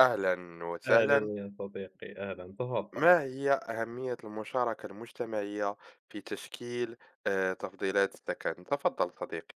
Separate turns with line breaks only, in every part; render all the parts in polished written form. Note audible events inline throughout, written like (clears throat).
أهلا وسهلا.
أهلا يا صديقي، أهلا تفضل.
ما هي أهمية المشاركة المجتمعية في تشكيل تفضيلات السكن؟ تفضل صديقي.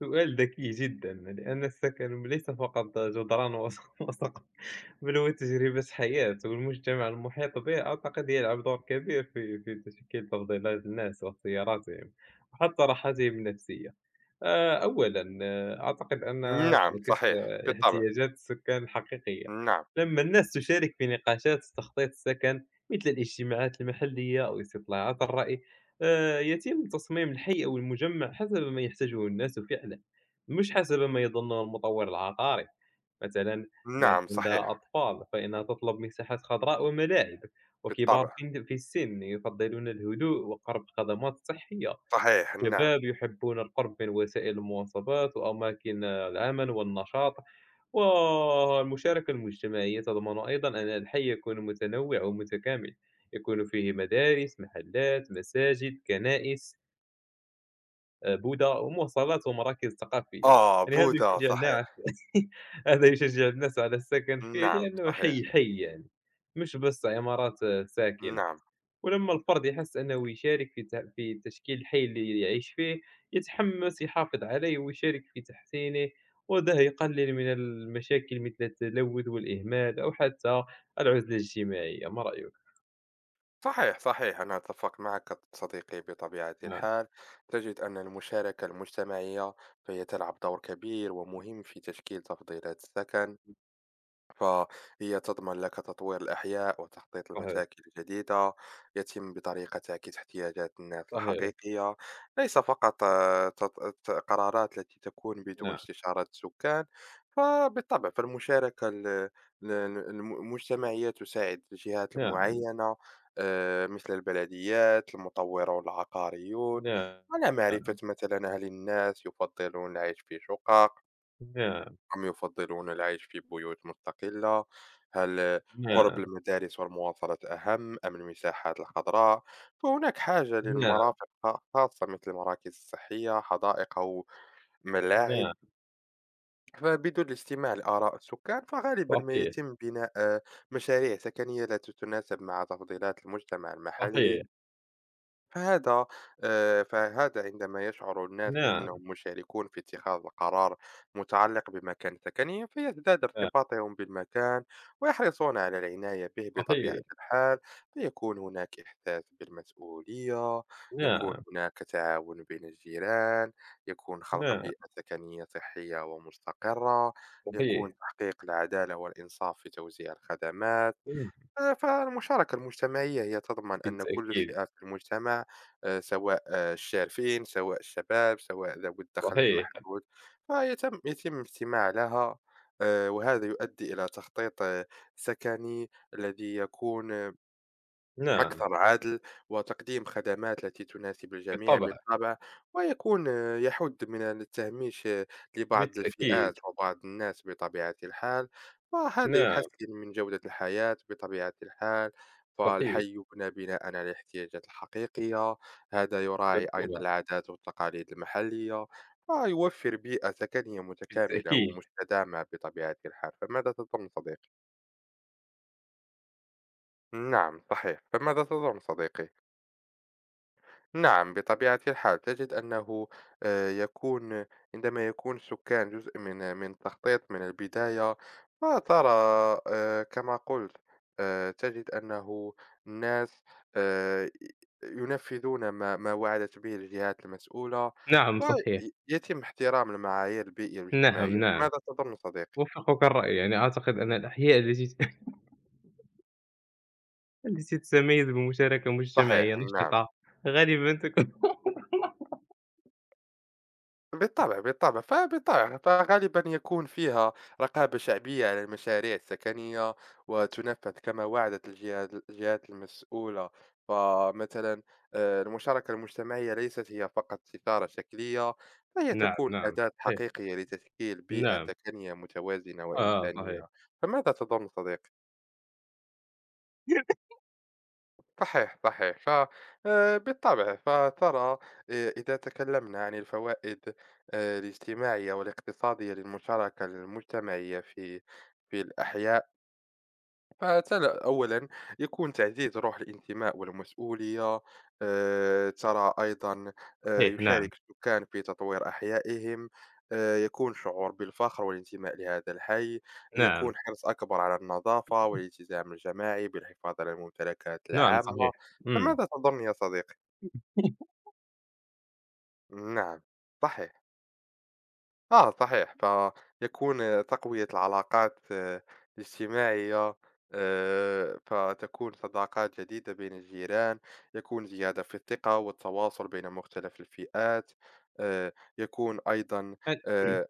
سؤال ذكي جدا لأن السكن ليس فقط جدران وس- (laughs) وسقف بل هو تجربة حياة، والمجتمع المحيط به أعتقد يلعب دور كبير في تشكيل تفضيلات الناس واختياراتهم وحتى راحتهم النفسية. أولا أعتقد أنها
نعم
تعكس
صحيح بالطبع.
احتياجات السكان الحقيقية.
نعم.
لما الناس تشارك في نقاشات تخطيط السكن، مثل الاجتماعات المحلية أو استطلاعات الرأي، يتم تصميم الحي أو المجمّع حسب ما يحتاجه الناس فعلًا، مش حسب ما يظنه المطور العقاري. مثلًا، ناس
نعم
عندها
صحيح.
أطفال فإنها تطلب مساحات خضراء وملاعب، وكبار
بالطبع.
في السن يفضلون الهدوء وقرب خدمات صحية.
صحيح نعم.
الشباب يحبون القرب من وسائل المواصلات وأماكن العمل والنشاط، والمشاركة المجتمعية تضمن أيضًا أن الحي يكون متنوع ومتكامل، يكون فيه مدارس، محلات، مساجد، كنائس، بُدَع ومواصلات ومراكز ثقافية.
آه
يعني هذا
بوذا
يشجّع
صحيح.
الناس (laughs) هذا يشجّع الناس على السكن فيه
نعم
لأنه
صحيح.
حي، حي يعني، مش بس عمارات ساكنة.
نعم.
ولما الفرد يحس أنه يشارك في تشكيل الحي اللي يعيش فيه يتحمس يحافظ عليه ويشارك في تحسينه، وده يقلل من المشاكل مثل التلوث والإهمال أو حتى العزلة الاجتماعية. ما رأيك؟
صحيح صحيح، أنا أتفق معك صديقي بطبيعة
نعم
الحال. تجد أن المشاركة المجتمعية فهي تلعب دور كبير ومهم في تشكيل تفضيلات السكن، فهي تضمن لك تطوير الأحياء وتخطيط
صحيح.
المشاكل الجديدة يتم بطريقة تعكس احتياجات الناس
صحيح.
الحقيقية، ليس فقط قرارات التي تكون بدون
نعم.
استشارة السكان. فبالطبع فالمشاركة ال- ال- الم- المجتمعية تساعد الجهات
نعم.
المعينة، مثل البلديات المطورون العقاريون،
نعم.
على معرفة مثلا هل الناس يفضلون العيش في شقق
نعم.
أم يفضلون العيش في بيوت مستقلة؟ هل قرب
نعم.
المدارس والمواصلات أهم أم المساحات الخضراء؟ فهناك حاجة
نعم.
للمرافق خاصة مثل المراكز الصحية، حدائق أو ملاعب.
نعم
فبدون الاستماع لآراء السكان فغالبا ما
صحيح.
يتم بناء مشاريع سكنية لا تتناسب مع تفضيلات المجتمع
صحيح.
المحلي. فهذا فهذا عندما يشعر الناس
نعم.
أنهم مشاركون في اتخاذ القرار متعلق بمكان سكنهم فيزداد
نعم
ارتباطهم بالمكان، ويحرصون على العناية به بطبيعة
صحيح.
الحال. فيكون هناك إحساس بالمسؤولية، يكون
نعم.
هناك تعاون بين الجيران، يكون خلق
نعم
بيئة سكنية صحية ومستقرة، يكون
صحيح.
تحقيق العدالة والإنصاف في توزيع الخدمات.
مم،
فالمشاركة المجتمعية هي تضمن أن كل
بالتأكيد.
فئة في المجتمع، سواء الشارفين، سواء الشباب، سواء ذوي الدخل
صحيح.
المحدود، فيتم الاستماع لها. وهذا يؤدي إلى تخطيط سكني الذي يكون
نعم.
أكثر عدل، وتقديم خدمات التي تناسب الجميع
بالطبع.
بالطبع. ويكون يحد من التهميش لبعض الفئات
بالتأكيد.
وبعض الناس بطبيعة الحال، وهذا
نعم
يحسن من جودة الحياة بطبيعة الحال.
صحيح،
فالحي يبنى بناء على الاحتياجات الحقيقية، هذا يراعي أيضا
بالطبع،
العادات والتقاليد المحلية، ويوفر بيئة سكنية متكاملة
بالتأكيد،
ومستدامة بطبيعة الحال. فماذا تظن صديقي؟ نعم صحيح. فماذا تظن صديقي؟ نعم بطبيعة الحال تجد أنه يكون عندما يكون السكان جزء من تخطيط من البداية، فترى كما قلت، تجد أنه الناس آه، ينفذون ما وعدت به الجهات المسؤولة،
نعم صحيح،
ويتم احترام المعايير البيئية
نعم،
الاجتماعية.
نعم،
ماذا تظن صديقي؟
أوافقك الرأي. يعني أعتقد أن الأحياء التي (laughs) التي تتميز بمشاركة
صحيح
مجتمعية
نعم.
نشطة غالبًا تكون.
بالطبع، بالطبع، فبالطبع فغالبًا يكون فيها رقابة شعبية على المشاريع السكنية، وتنفذ كما وعدت الجهات المسؤولة. فمثلًا المشاركة المجتمعية ليست هي فقط إثارة شكلية، فهي
(laughs) نعم،
تكون
نعم،
أداة
صحيح،
حقيقية لتشكيل بيئة
نعم،
سكنية متوازنة
صحيح،
وإنسانية. فماذا تظن صديقي؟ صحيح، صحيح. بالطبع، فترى، إذا تكلمنا عن الفوائد الاجتماعية والاقتصادية للمشاركة المجتمعية في الأحياء، أولا يكون تعزيز روح الانتماء والمسؤولية. ترى أيضا
صحيح، نعم،
يشارك السكان في تطوير أحيائهم. يكون شعور بالفخر والانتماء لهذا الحي،
نعم،
يكون حرص أكبر على النظافة والالتزام الجماعي بالحفاظ على الممتلكات
نعم، صحيح،
العامة.
إمم.
فماذا تظن يا صديقي؟ نعم صحيح. آه صحيح. فيكون تقوية العلاقات الاجتماعية، فتكون صداقات جديدة بين الجيران، يكون زيادة في الثقة والتواصل بين مختلف الفئات. آآ، يكون أيضًا آآ،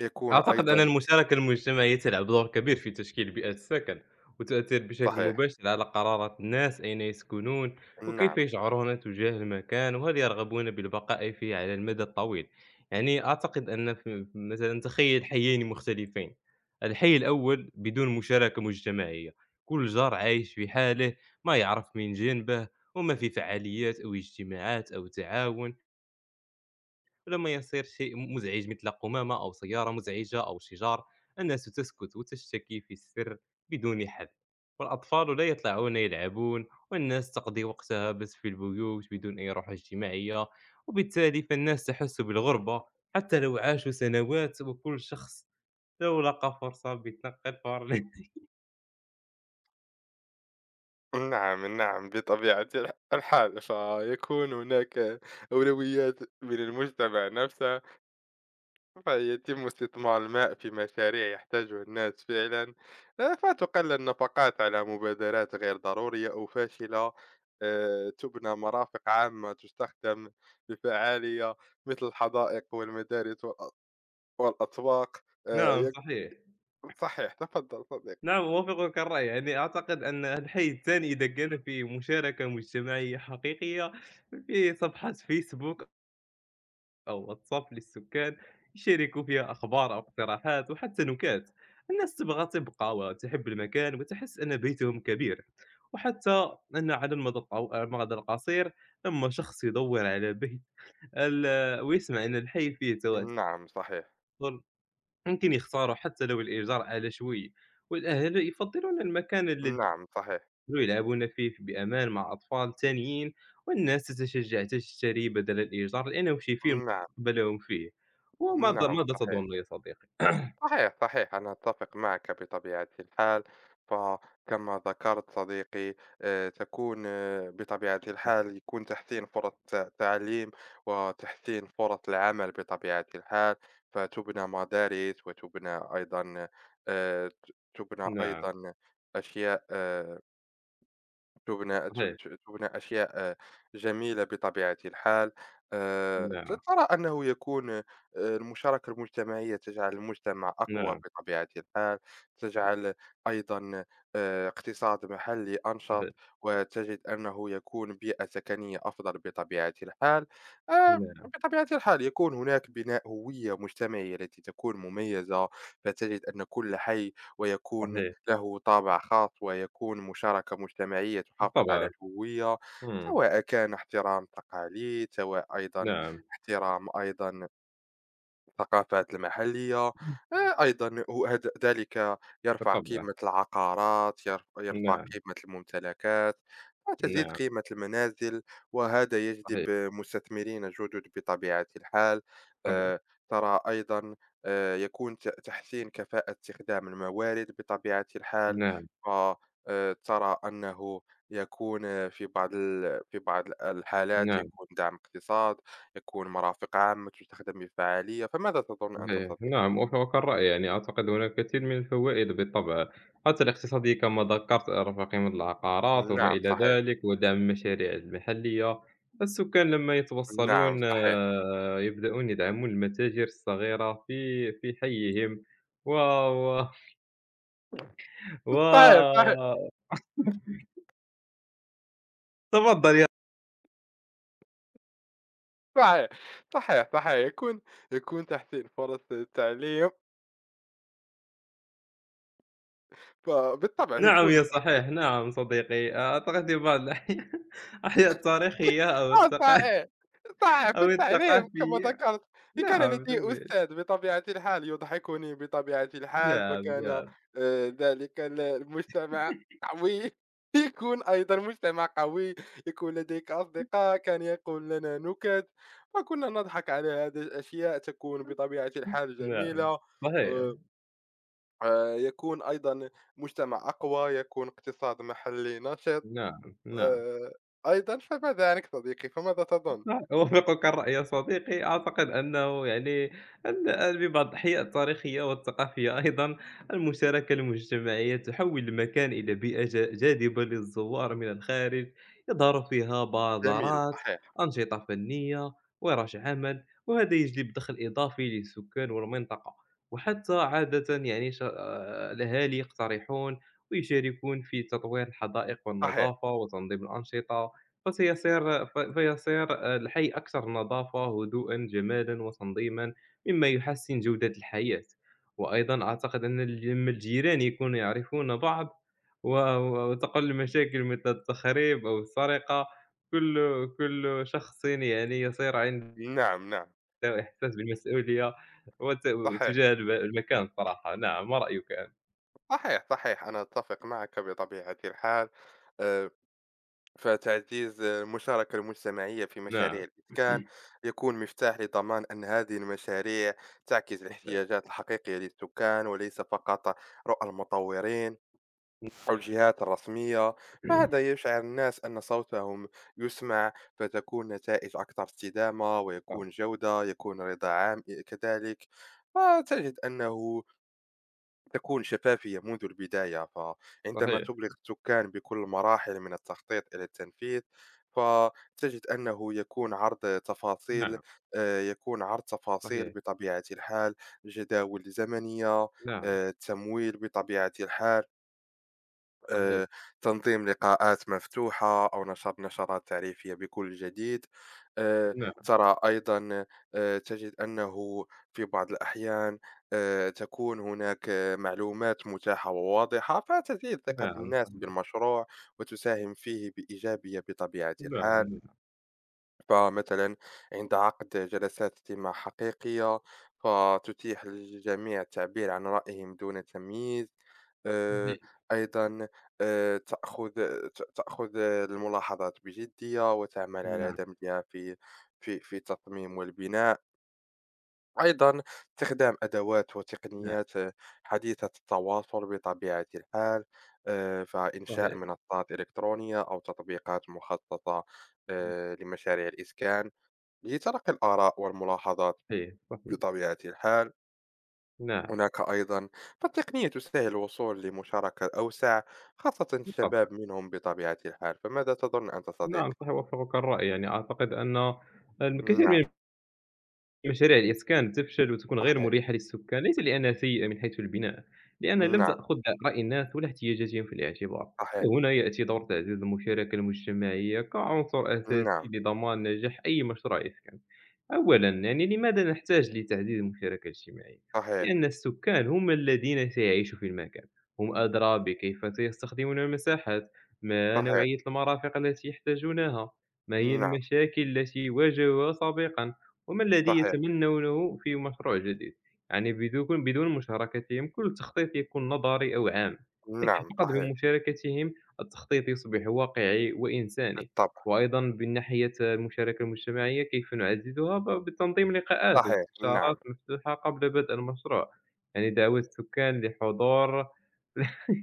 يكون
أعتقد
أيضًا
أن المشاركة المجتمعية تلعب دور كبير في تشكيل بيئة السكن، وتؤثر بشكل
صحيح،
مباشر على قرارات الناس أين يسكنون، وكيف
نعم،
يشعرون تجاه المكان، وهل يرغبون بالبقاء فيه على المدى الطويل. يعني أعتقد أن مثلًا تخيل حيين مختلفين. الحي الأول بدون مشاركة مجتمعية، كل جار عايش في حاله، ما يعرف من جنبه، وما في فعاليات أو اجتماعات أو تعاون. ولما يصير شيء مزعج مثل قمامة أو سيارة مزعجة أو شجار، الناس تسكت وتشتكي في السر بدون حل، والأطفال لا يطلعون يلعبون، والناس تقضي وقتها بس في البيوت بدون أي روح اجتماعية، وبالتالي فالناس تحس بالغربة حتى لو عاشوا سنوات، وكل شخص لو لقى فرصة بيتنقل فور. (laughs)
نعم، نعم، بطبيعة الحال. فيكون هناك أولويات من المجتمع نفسه. فيتم استثمار الماء في مشاريع يحتاجها الناس فعلا. فتقلل النفقات على مبادرات غير ضرورية أو فاشلة. تبنى مرافق عامة تستخدم بفعالية، مثل الحدائق والمدارس والأسواق. آه،
نعم
يك-
صحيح،
صحيح. تفضل صديقي.
نعم أوافقك الرأي. يعني أعتقد أن الحي الثاني إذا كان فيه مشاركة مجتمعية حقيقية في صفحة فيسبوك أو واتساب للسكان يشاركوا فيها أخبار أو اقتراحات وحتى نكات، الناس تبغى تبقى وتحب المكان وتحس أن بيتهم كبير. وحتى أن على المدى القصير لما شخص يدور على بيت ويسمع أن الحي فيه تواتر
نعم صحيح.
ممكن يختاروا حتى لو الإيجار على شوي، والأهل يفضلون المكان الذي
نعم صحيح.
يلعبون فيه بأمان مع أطفال ثانيين، والناس تتشجّع تشتريه بدل الإيجار، لأنه شي فيلم
نعم.
لا مستقبل فيه. وماذا
نعم
ماذا
صحيح.
تظن يا صديقي؟
صحيح، صحيح، أنا أتفق معك بطبيعة الحال. فكما ذكرت صديقي، تكون آه، بطبيعة الحال يكون تحسين فرص تعليم وتحسين فرص العمل بطبيعة الحال. فتُبنى مدارس وتُبنى أيضًا، ت تُبنى
نعم،
أيضًا أشياء. تبنى ت
صحيح،
ت تبنى أشياء جميلة بطبيعة الحال. ت
نعم،
ترى أنه يكون المشاركة المجتمعية تجعل المجتمع أقوى
نعم،
بطبيعة الحال، تجعل أيضًا اقتصاد محلي
صحيح،
أنشط، وتجد أنه يكون بيئة سكنية أفضل بطبيعة الحال.
نعم،
بطبيعة الحال يكون هناك بناء هوية مجتمعية التي تكون مميزة، فتجد أن كل حي ويكون
صحيح،
له طابع خاص، ويكون مشاركة مجتمعية تحافظ على
بالطبع،
الهوية،
إمم،
سواء كان احترام تقاليد، سواء أيضا
نعم،
احترام أيضا الثقافات المحلية. أيضا ذلك يرفع
بالطبع،
قيمة العقارات، يرفع
نعم،
قيمة الممتلكات وتزيد
نعم،
قيمة المنازل، وهذا يجذب
صحيح،
مستثمرين جدد بطبيعة الحال.
صحيح،
آه، ترى أيضا يكون تحسين كفاءة استخدام الموارد بطبيعة الحال.
نعم،
وترى أنه يكون في في بعض الحالات
نعم.
يكون دعم اقتصادي، تكون مرافق عامة تستخدم بفعالية. فماذا تظن أنت
صحيح.
صديقي؟
نعم أوافقك الرأي. يعني أعتقد هناك الكثير من الفوائد بالطبع، حتى الاقتصادية كما ذكرت، رفع قيمة العقارات وما
نعم
إلى
صحيح.
ذلك ودعم المشاريع المحلية. السكان لما
نعم
يتوصلون
صحيح.
يبدأون يدعمون المتاجر الصغيرة في حيهم و و (laughs) و
صحيح، صحيح.
تفضل يا.
صحيح، صحيح، صحيح. يكون تحسين فرص التعليم، فبالطبع
نعم
يكون
يا صحيح، نعم صديقي. أعتقد في بعض الأحيان (laughs) الأحياء التاريخية أو
آه
الثقا (laughs)
صحيح، صحيح في
أو
التعليم كما
الثقافية.
ذكرت. كان
نعم
لدي
جميل.
أستاذ بطبيعة الحال يضحكني بطبيعة الحال،
نعم،
فكان
نعم.
ذلك المجتمع قوي. (laughs) يكون أيضًا مجتمع قوي، يكون لديك أصدقاء، كان يقول لنا نكت، فكنا نضحك على هذه الأشياء، تكون بطبيعة الحال
نعم
جميلة.
صحيح،
آآ يكون أيضًا مجتمع أقوى، يكون اقتصاد محلي نشط.
نعم، نعم.
آآ أيضًا، فماذا عنك صديقي، فماذا تظن؟
صح، أوافقك الرأي يا صديقي. أعتقد أنه يعني أن بما الضحية التاريخية والثقافية أيضًا، المشاركة المجتمعية تحوّل المكان إلى بيئة جاذبة للزوّار من الخارج، يظهر فيها
جميل،
بازارات،
صحيح.
أنشطة فنية، وِرش عمل، وهذا يجلب دخل إضافي للسكان والمنطقة. وحتى عادةً يعني ش الأهالي يقترحون ويشاركون في تطوير الحدائق
صحيح.
والنظافة وتنظيم الأنشطة. فسيصير ف فيصير الحي أكثر نظافة، هدوءًا، جمالًا وتنظيمًا، مما يحسّن جودة الحياة. وأيضًا أعتقد أن لمّا الجيران يكونوا يعرفون بعض و و وتقل مشاكل مثل التخريب أو السرقة. كل كل شخص يعني يصير عنده
نعم، نعم،
إحساس بالمسؤولية وت
صحيح،
تجاه المكان صراحة. نعم، ما رأيك أنت؟
صحيح، صحيح، أنا أتّفق معك بطبيعة الحال. آآ، فتعزيز المشاركة المجتمعية في
نعم.
مشاريع الإسكان
(clears throat)
يكون مفتاح لضمان أن هذه المشاريع تعكس
صحيح.
الاحتياجات الحقيقية للسكان، وليس فقط رؤى المطورين أو الجهات الرسمية. فهذا يشعر الناس أن صوتهم يُسمع، فتكون نتائج أكثر استدامة، ويكون جودة، يكون رضا عام كذلك. فتجد أنه تكون شفافية منذ البداية، فعندما
صحيح.
تبلغ السكان بكل مراحل من التخطيط إلى التنفيذ، فتجد أنه يكون عرض تفاصيل
نعم،
آه، يكون عرض تفاصيل
صحيح.
بطبيعة الحال، جداول زمنية،
نعم،
تمويل بطبيعة الحال
صحيح.
آه، تنظيم لقاءات مفتوحة أو نشر نشرات تعريفية بكل جديد. آه،
نعم.
ترى أيضا تجد أنه في بعض الأحيان تكون هناك معلومات متاحة وواضحة، فتزيد ثقة
نعم
الناس
صحيح.
بالمشروع وتساهم فيه بإيجابية بطبيعة
نعم،
الحال.
نعم،
فمثلا عند عقد جلسات استماع حقيقية، فتتيح للجميع التعبير عن رأيهم دون تمييز. آه،
صحيح،
أيضا آه، تأخذ تأخذ الملاحظات بجدية وتعمل على
نعم،
دمجها في التصميم والبناء. أيضا استخدام أدوات
نعم،
وتقنيات حديثة التواصل بطبيعة الحال. فإنشاء
صحيح،
منصات إلكترونية أو تطبيقات مخصصة لمشاريع الإسكان لتلقي الآراء والملاحظات
صحيح، صحيح،
بطبيعة الحال.
نعم،
هناك أيضا فالتقنية تسهل الوصول لمشاركة أوسع، خاصة
بالطبع،
الشباب منهم بطبيعة الحال. فماذا تظن أنت
نعم،
صديقي؟
صحيح أوافقك الرأي. يعني أعتقد أن الكثير من
نعم
مشاريع الإسكان تفشل وتكون غير
صحيح.
مريحة للسكان ليس لأنها سيئة من حيث البناء، لأنها لم
نعم
تأخذ رأي الناس ولا احتياجاتهم في الاعتبار،
صحيح.
وهنا يأتي دور تعزيز المشاركة المجتمعية كعنصر أساسي
نعم
لضمان نجاح أي مشروع إسكان. أولا يعني لماذا نحتاج لتعزيز المشاركة الاجتماعية؟
صحيح.
لأن السكان هم الذين سيعيشوا في المكان، هم أدرى بكيف سيستخدمون المساحات، ما
صحيح
نوعية المرافق التي يحتاجونها، ما هي
نعم.
المشاكل التي واجهوها سابقا. وما الذي
صحيح.
يتمنونه في مشروع جديد؟ يعني بدون مشاركتهم كل تخطيط يكون نظري أو عام، لكن
نعم
فقط
صحيح
بمشاركتهم التخطيط يصبح واقعي وإنساني.
بالطبع.
وأيضا من ناحية المشاركة المجتمعية كيف نعززها؟ بتنظيم لقاءات
صحيح
واستشارات
نعم.
مفتوحة قبل بدء المشروع، يعني دعوة السكان لحضور. (laughs)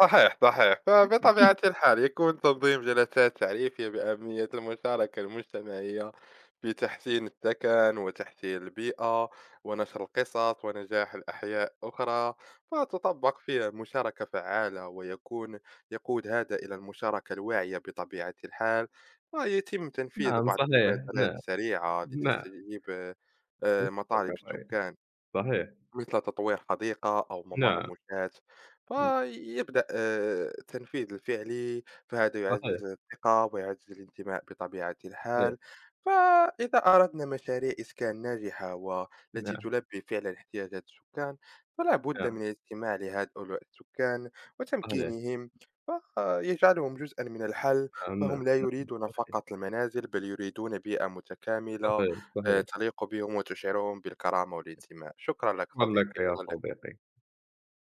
صحيح، صحيح. فبطبيعة الحال يكون تنظيم جلسات تعريفية بأهمية المشاركة المجتمعية في تحسين السكن وتحسين البيئة، ونشر القصص ونجاح الأحياء أخرى، فتطبق فيها مشاركة فعالة، ويكون يقود هذا إلى المشاركة الواعية بطبيعة الحال. ويتم تنفيذ
نعم
بعض
صحيح.
المبادرات
نعم.
السريعة
نعم
لتستجيب مطالب السكان،
صحيح.
مثل تطوير حديقة أو ممر
نعم
مشاة. فيبدأ التنفيذ الفعلي، فهذا
صحيح.
يعزز الثقة ويعزز الانتماء بطبيعة
صحيح.
الحال. فإذا أردنا مشاريع إسكان ناجحة والتي
نعم.
تلبي فعلا احتياجات السكان، فلا بد
نعم
من الاستماع لهؤلاء السكان
صحيح.
وتمكينهم، فيجعلهم جزءا من الحل.
نعم. نعم
فهم لا يريدون فقط المنازل، بل يريدون بيئة متكاملة
صحيح، صحيح،
تليق بهم وتشعرهم بالكرامة والانتماء. شكرًا لك
شكرًا
صديقي،
لك يا
إلى اللقاء.
صديقي.